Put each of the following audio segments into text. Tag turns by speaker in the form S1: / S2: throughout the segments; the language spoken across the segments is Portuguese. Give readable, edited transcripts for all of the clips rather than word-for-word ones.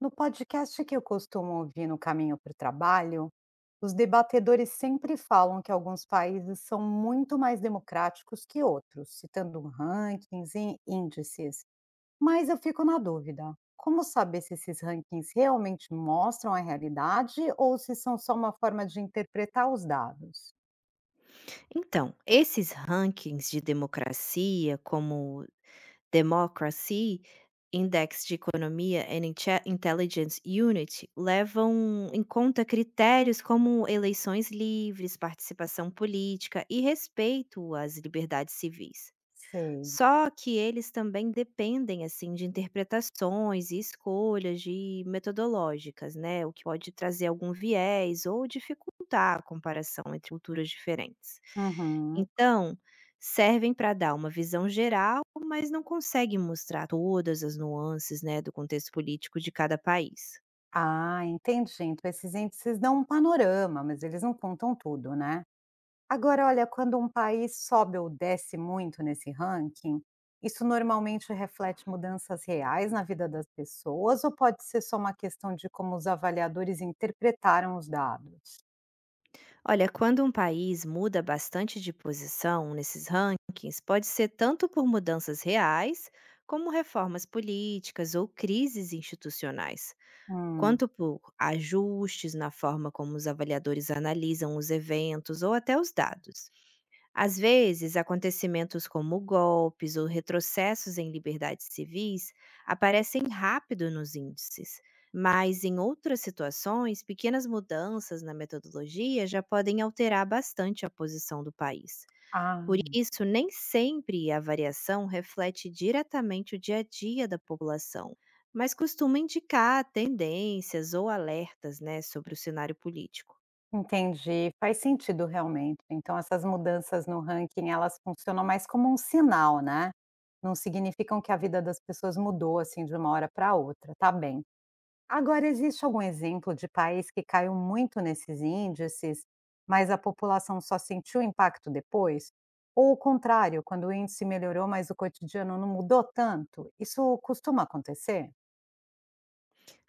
S1: No podcast que eu costumo ouvir no caminho para o trabalho, os debatedores sempre falam que alguns países são muito mais democráticos que outros, citando rankings e índices. Mas eu fico na dúvida: como saber se esses rankings realmente mostram a realidade ou se são só uma forma de interpretar os dados?
S2: Então, esses rankings de democracia, como Democracy Index de Economia Intelligence Unit, levam em conta critérios como eleições livres, participação política e respeito às liberdades civis.
S1: Sei.
S2: Só que eles também dependem, assim, de interpretações e escolhas de metodológicas, né, o que pode trazer algum viés ou dificultar a comparação entre culturas diferentes.
S1: Uhum.
S2: Então, servem para dar uma visão geral, mas não conseguem mostrar todas as nuances, né, do contexto político de cada país.
S1: Ah, entendi. Então, esses índices dão um panorama, mas eles não contam tudo, né? Agora, olha, quando um país sobe ou desce muito nesse ranking, isso normalmente reflete mudanças reais na vida das pessoas ou pode ser só uma questão de como os avaliadores interpretaram os dados?
S2: Olha, quando um país muda bastante de posição nesses rankings, pode ser tanto por mudanças reais, como reformas políticas ou crises institucionais,
S1: Hum,
S2: quanto por ajustes na forma como os avaliadores analisam os eventos ou até os dados. Às vezes, acontecimentos como golpes ou retrocessos em liberdades civis aparecem rápido nos índices, mas em outras situações, pequenas mudanças na metodologia já podem alterar bastante a posição do país. Por
S1: ah,
S2: isso, nem sempre a variação reflete diretamente o dia a dia da população, mas costuma indicar tendências ou alertas, né, sobre o cenário político.
S1: entendi. Faz sentido realmente. Então, essas mudanças no ranking, elas funcionam mais como um sinal, né? Não significam que a vida das pessoas mudou assim de uma hora para outra, tá bem. Agora, existe algum exemplo de país que caiu muito nesses índices, mas a população só sentiu o impacto depois? Ou o contrário, quando o índice melhorou, mas o cotidiano não mudou tanto? Isso costuma acontecer?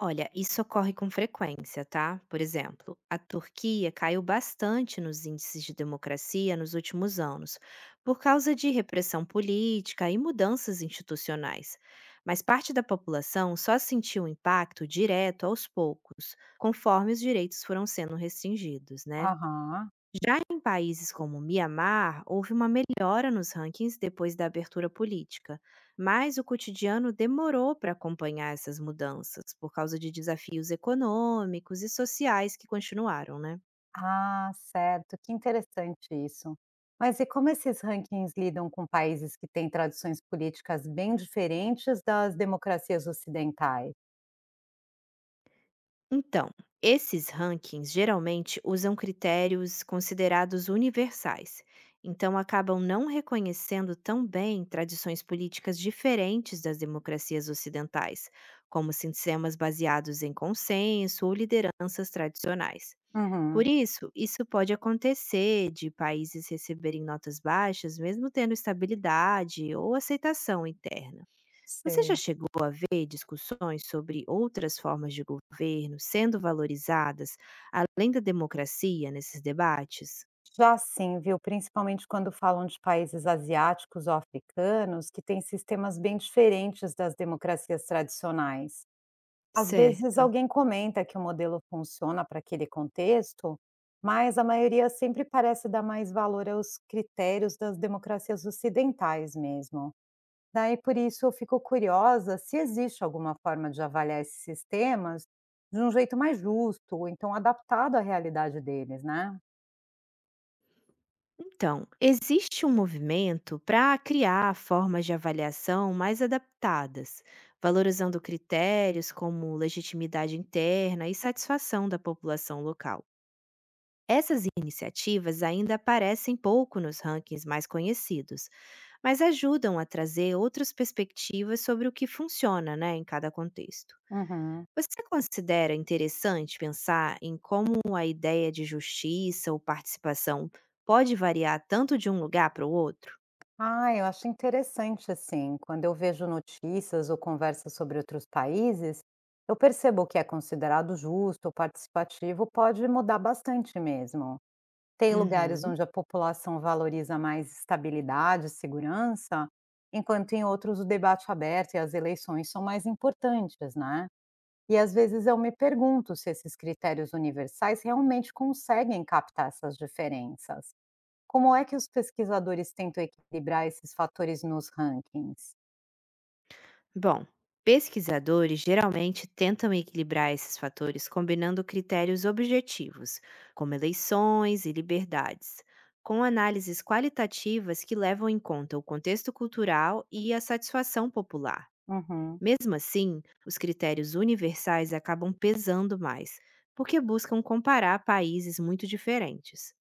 S2: Olha, isso ocorre com frequência, tá? Por exemplo, a Turquia caiu bastante nos índices de democracia nos últimos anos, por causa de repressão política e mudanças institucionais. Mas parte da população só sentiu o impacto direto aos poucos, conforme os direitos foram sendo restringidos, né?
S1: Aham.
S2: Já em países como Mianmar, houve uma melhora nos rankings depois da abertura política, mas o cotidiano demorou para acompanhar essas mudanças, por causa de desafios econômicos e sociais que continuaram, né?
S1: Ah, certo. Que interessante isso. Mas e como esses rankings lidam com países que têm tradições políticas bem diferentes das democracias ocidentais?
S2: Então, esses rankings geralmente usam critérios considerados universais, então acabam não reconhecendo tão bem tradições políticas diferentes das democracias ocidentais, como sistemas baseados em consenso ou lideranças tradicionais. Por
S1: Uhum.
S2: isso, isso pode acontecer de países receberem notas baixas, mesmo tendo estabilidade ou aceitação interna. Você já
S1: Sei.
S2: chegou a ver discussões sobre outras formas de governo sendo valorizadas, além da democracia, nesses debates?
S1: Já sim, viu? Principalmente quando falam de países asiáticos ou africanos, que têm sistemas bem diferentes das democracias tradicionais. Às vezes,
S2: Certo.
S1: alguém comenta que o modelo funciona para aquele contexto, mas a maioria sempre parece dar mais valor aos critérios das democracias ocidentais mesmo. Daí, por isso, eu fico curiosa se existe alguma forma de avaliar esses sistemas de um jeito mais justo, ou então adaptado à realidade deles, né?
S2: Então, existe um movimento para criar formas de avaliação mais adaptadas, valorizando critérios como legitimidade interna e satisfação da população local. Essas iniciativas ainda aparecem pouco nos rankings mais conhecidos, mas ajudam a trazer outras perspectivas sobre o que funciona, né, em cada contexto.
S1: Uhum.
S2: Você considera interessante pensar em como a ideia de justiça ou participação pode variar tanto de um lugar para o outro?
S1: Ah, eu acho interessante, assim, quando eu vejo notícias ou conversas sobre outros países, eu percebo que é considerado justo ou participativo pode mudar bastante mesmo. Tem lugares
S2: Uhum.
S1: onde a população valoriza mais estabilidade e segurança, enquanto em outros o debate aberto e as eleições são mais importantes, né? E às vezes eu me pergunto se esses critérios universais realmente conseguem captar essas diferenças. Como é que os pesquisadores tentam equilibrar esses fatores nos rankings?
S2: Bom, pesquisadores geralmente tentam equilibrar esses fatores combinando critérios objetivos, como eleições e liberdades, com análises qualitativas que levam em conta o contexto cultural e a satisfação popular.
S1: Uhum,
S2: Mesmo assim, os critérios universais acabam pesando mais, porque buscam comparar países muito diferentes.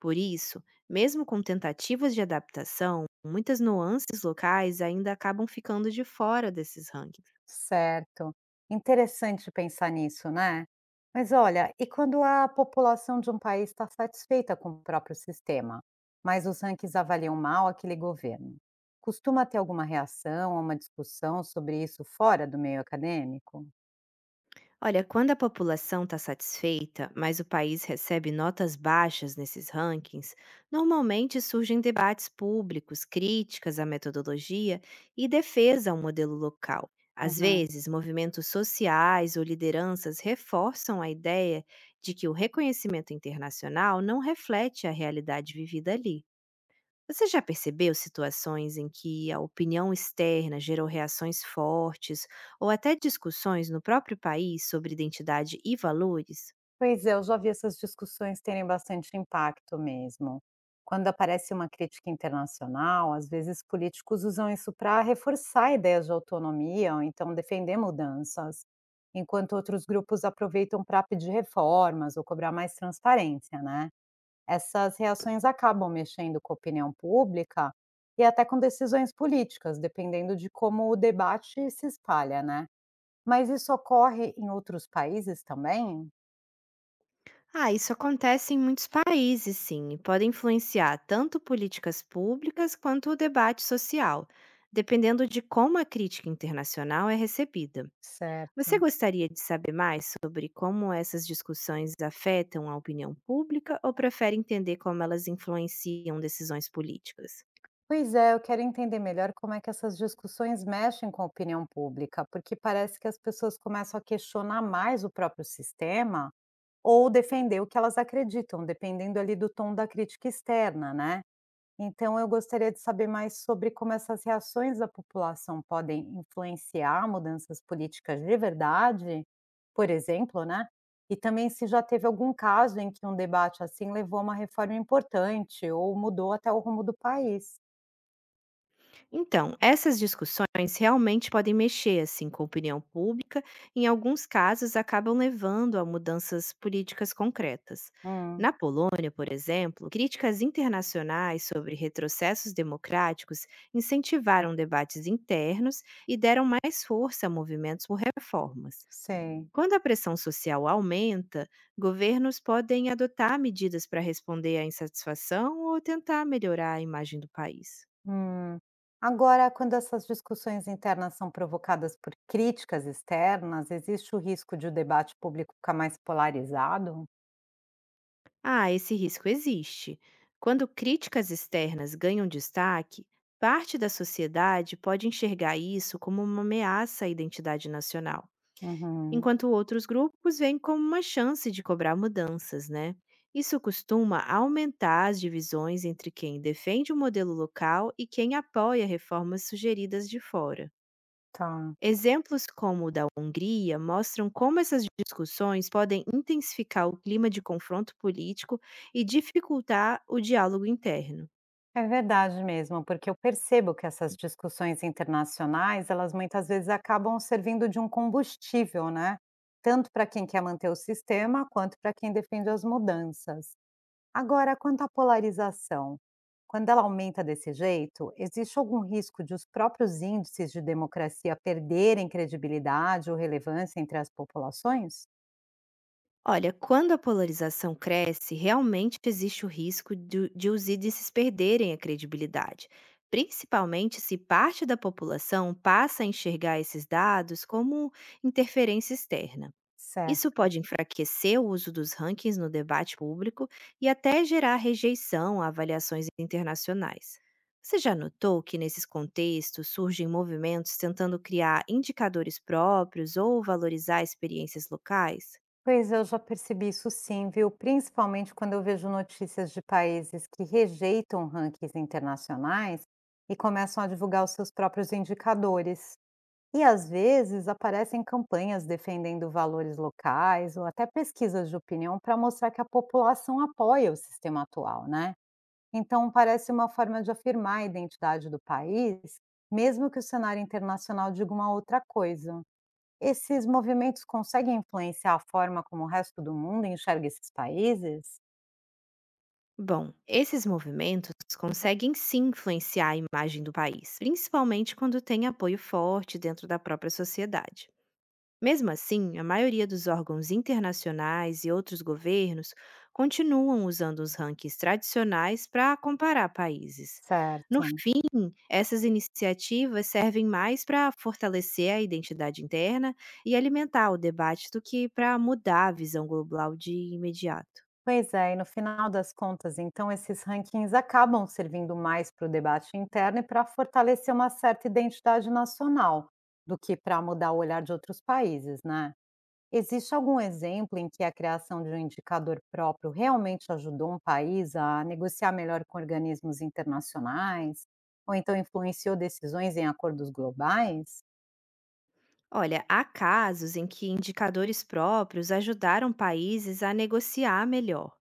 S2: Por isso, mesmo com tentativas de adaptação, muitas nuances locais ainda acabam ficando de fora desses rankings.
S1: certo. Interessante pensar nisso, né? Mas olha, e quando a população de um país está satisfeita com o próprio sistema, mas os rankings avaliam mal aquele governo? Costuma ter alguma reação ou uma discussão sobre isso fora do meio acadêmico?
S2: Olha, quando a população está satisfeita, mas o país recebe notas baixas nesses rankings, normalmente surgem debates públicos, críticas à metodologia e defesa ao modelo local. Às
S1: Uhum.
S2: vezes, movimentos sociais ou lideranças reforçam a ideia de que o reconhecimento internacional não reflete a realidade vivida ali. Você já percebeu situações em que a opinião externa gerou reações fortes ou até discussões no próprio país sobre identidade e valores?
S1: Pois é, eu já vi essas discussões terem bastante impacto mesmo. Quando aparece uma crítica internacional, às vezes políticos usam isso para reforçar ideias de autonomia ou então defender mudanças, enquanto outros grupos aproveitam para pedir reformas ou cobrar mais transparência, né? Essas reações acabam mexendo com a opinião pública e até com decisões políticas, dependendo de como o debate se espalha, né? Mas isso ocorre em outros países também?
S2: Ah, isso acontece em muitos países, sim, e pode influenciar tanto políticas públicas quanto o debate social, dependendo de como a crítica internacional é recebida. Você
S1: Certo.
S2: gostaria de saber mais sobre como essas discussões afetam a opinião pública ou prefere entender como elas influenciam decisões políticas?
S1: Pois é, eu quero entender melhor como é que essas discussões mexem com a opinião pública, porque parece que as pessoas começam a questionar mais o próprio sistema ou defender o que elas acreditam, dependendo ali do tom da crítica externa, né? Então, eu gostaria de saber mais sobre como essas reações da população podem influenciar mudanças políticas de verdade, por exemplo, né? E também se já teve algum caso em que um debate assim levou a uma reforma importante ou mudou até o rumo do país.
S2: Então, essas discussões realmente podem mexer assim com a opinião pública, e em alguns casos acabam levando a mudanças políticas concretas.
S1: Hum.
S2: Na Polônia, por exemplo, críticas internacionais sobre retrocessos democráticos incentivaram debates internos e deram mais força a movimentos por reformas.
S1: Sei.
S2: Quando a pressão social aumenta, governos podem adotar medidas para responder à insatisfação ou tentar melhorar a imagem do país.
S1: Hum. Agora, quando essas discussões internas são provocadas por críticas externas, existe o risco de o debate público ficar mais polarizado?
S2: Ah, esse risco existe. Quando críticas externas ganham destaque, parte da sociedade pode enxergar isso como uma ameaça à identidade nacional,
S1: Uhum,
S2: enquanto outros grupos veem como uma chance de cobrar mudanças, né? Isso costuma aumentar as divisões entre quem defende o modelo local e quem apoia reformas sugeridas de fora.
S1: tá.
S2: Exemplos como o da Hungria mostram como essas discussões podem intensificar o clima de confronto político e dificultar o diálogo interno.
S1: É verdade mesmo, porque eu percebo que essas discussões internacionais, elas muitas vezes acabam servindo de um combustível, né? Tanto para quem quer manter o sistema, quanto para quem defende as mudanças. Agora, quanto à polarização, quando ela aumenta desse jeito, existe algum risco de os próprios índices de democracia perderem credibilidade ou relevância entre as populações?
S2: Olha, quando a polarização cresce, realmente existe o risco de os índices perderem a credibilidade, principalmente se parte da população passa a enxergar esses dados como interferência externa. Isso
S1: Certo.
S2: pode enfraquecer o uso dos rankings no debate público e até gerar rejeição a avaliações internacionais. Você já notou que nesses contextos surgem movimentos tentando criar indicadores próprios ou valorizar experiências locais?
S1: Pois eu já percebi isso sim, viu? Principalmente quando eu vejo notícias de países que rejeitam rankings internacionais e começam a divulgar os seus próprios indicadores. E às vezes aparecem campanhas defendendo valores locais ou até pesquisas de opinião para mostrar que a população apoia o sistema atual, né? Então parece uma forma de afirmar a identidade do país, mesmo que o cenário internacional diga uma outra coisa. Esses movimentos conseguem influenciar a forma como o resto do mundo enxerga esses países?
S2: Bom, esses movimentos conseguem sim influenciar a imagem do país, principalmente quando tem apoio forte dentro da própria sociedade. Mesmo assim, a maioria dos órgãos internacionais e outros governos continuam usando os rankings tradicionais para comparar países. No
S1: Certo.
S2: fim, essas iniciativas servem mais para fortalecer a identidade interna e alimentar o debate do que para mudar a visão global de imediato.
S1: Pois é, e no final das contas, então, esses rankings acabam servindo mais para o debate interno e para fortalecer uma certa identidade nacional, do que para mudar o olhar de outros países, né? Existe algum exemplo em que a criação de um indicador próprio realmente ajudou um país a negociar melhor com organismos internacionais? Ou então influenciou decisões em acordos globais?
S2: Olha, há casos em que indicadores próprios ajudaram países a negociar melhor,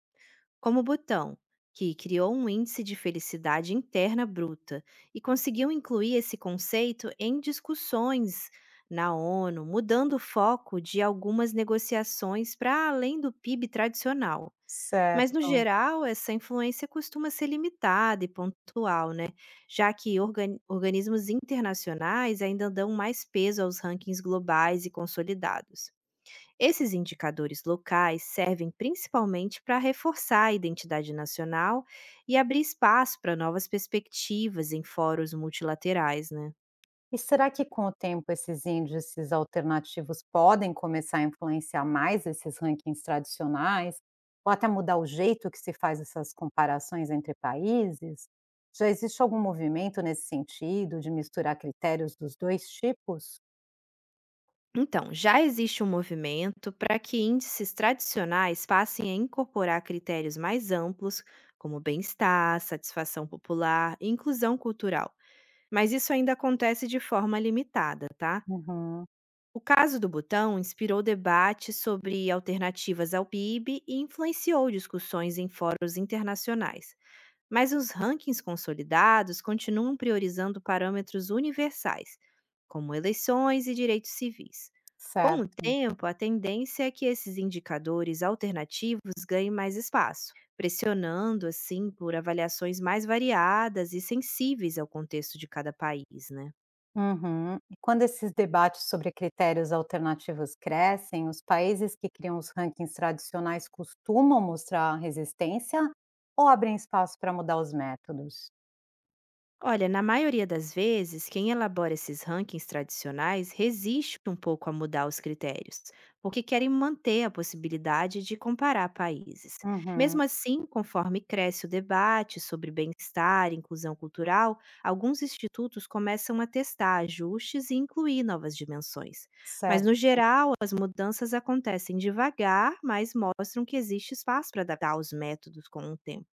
S2: como Butão, que criou um índice de felicidade interna bruta e conseguiu incluir esse conceito em discussões na ONU, mudando o foco de algumas negociações para além do PIB tradicional. Mas, no
S1: Certo.
S2: geral, essa influência costuma ser limitada e pontual, né? Já que organismos internacionais ainda dão mais peso aos rankings globais e consolidados. Esses indicadores locais servem principalmente para reforçar a identidade nacional e abrir espaço para novas perspectivas em fóruns multilaterais, né?
S1: E será que com o tempo esses índices alternativos podem começar a influenciar mais esses rankings tradicionais? Ou até mudar o jeito que se faz essas comparações entre países? Já existe algum movimento nesse sentido, de misturar critérios dos dois tipos?
S2: Então, já existe um movimento para que índices tradicionais passem a incorporar critérios mais amplos, como bem-estar, satisfação popular e inclusão cultural. Mas isso ainda acontece de forma limitada, tá?
S1: Uhum,
S2: O caso do Butão inspirou debates sobre alternativas ao PIB e influenciou discussões em fóruns internacionais. Mas os rankings consolidados continuam priorizando parâmetros universais, como eleições e direitos civis. Com o
S1: certo.
S2: tempo, a tendência é que esses indicadores alternativos ganhem mais espaço, pressionando, assim, por avaliações mais variadas e sensíveis ao contexto de cada país, né?
S1: Uhum. E quando esses debates sobre critérios alternativos crescem, os países que criam os rankings tradicionais costumam mostrar resistência ou abrem espaço para mudar os métodos?
S2: Olha, na maioria das vezes, quem elabora esses rankings tradicionais resiste um pouco a mudar os critérios, porque querem manter a possibilidade de comparar países.
S1: Uhum,
S2: Mesmo assim, conforme cresce o debate sobre bem-estar e inclusão cultural, alguns institutos começam a testar ajustes e incluir novas dimensões. Mas,
S1: certo,
S2: no geral, as mudanças acontecem devagar, mas mostram que existe espaço para adaptar os métodos com o tempo.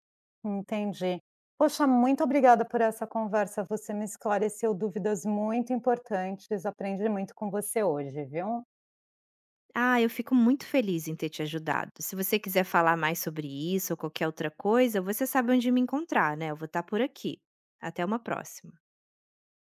S1: entendi. Poxa, muito obrigada por essa conversa, você me esclareceu dúvidas muito importantes, aprendi muito com você hoje, viu?
S2: Ah, eu fico muito feliz em ter te ajudado. Se você quiser falar mais sobre isso ou qualquer outra coisa, você sabe onde me encontrar, né? Eu vou estar por aqui. Até uma próxima.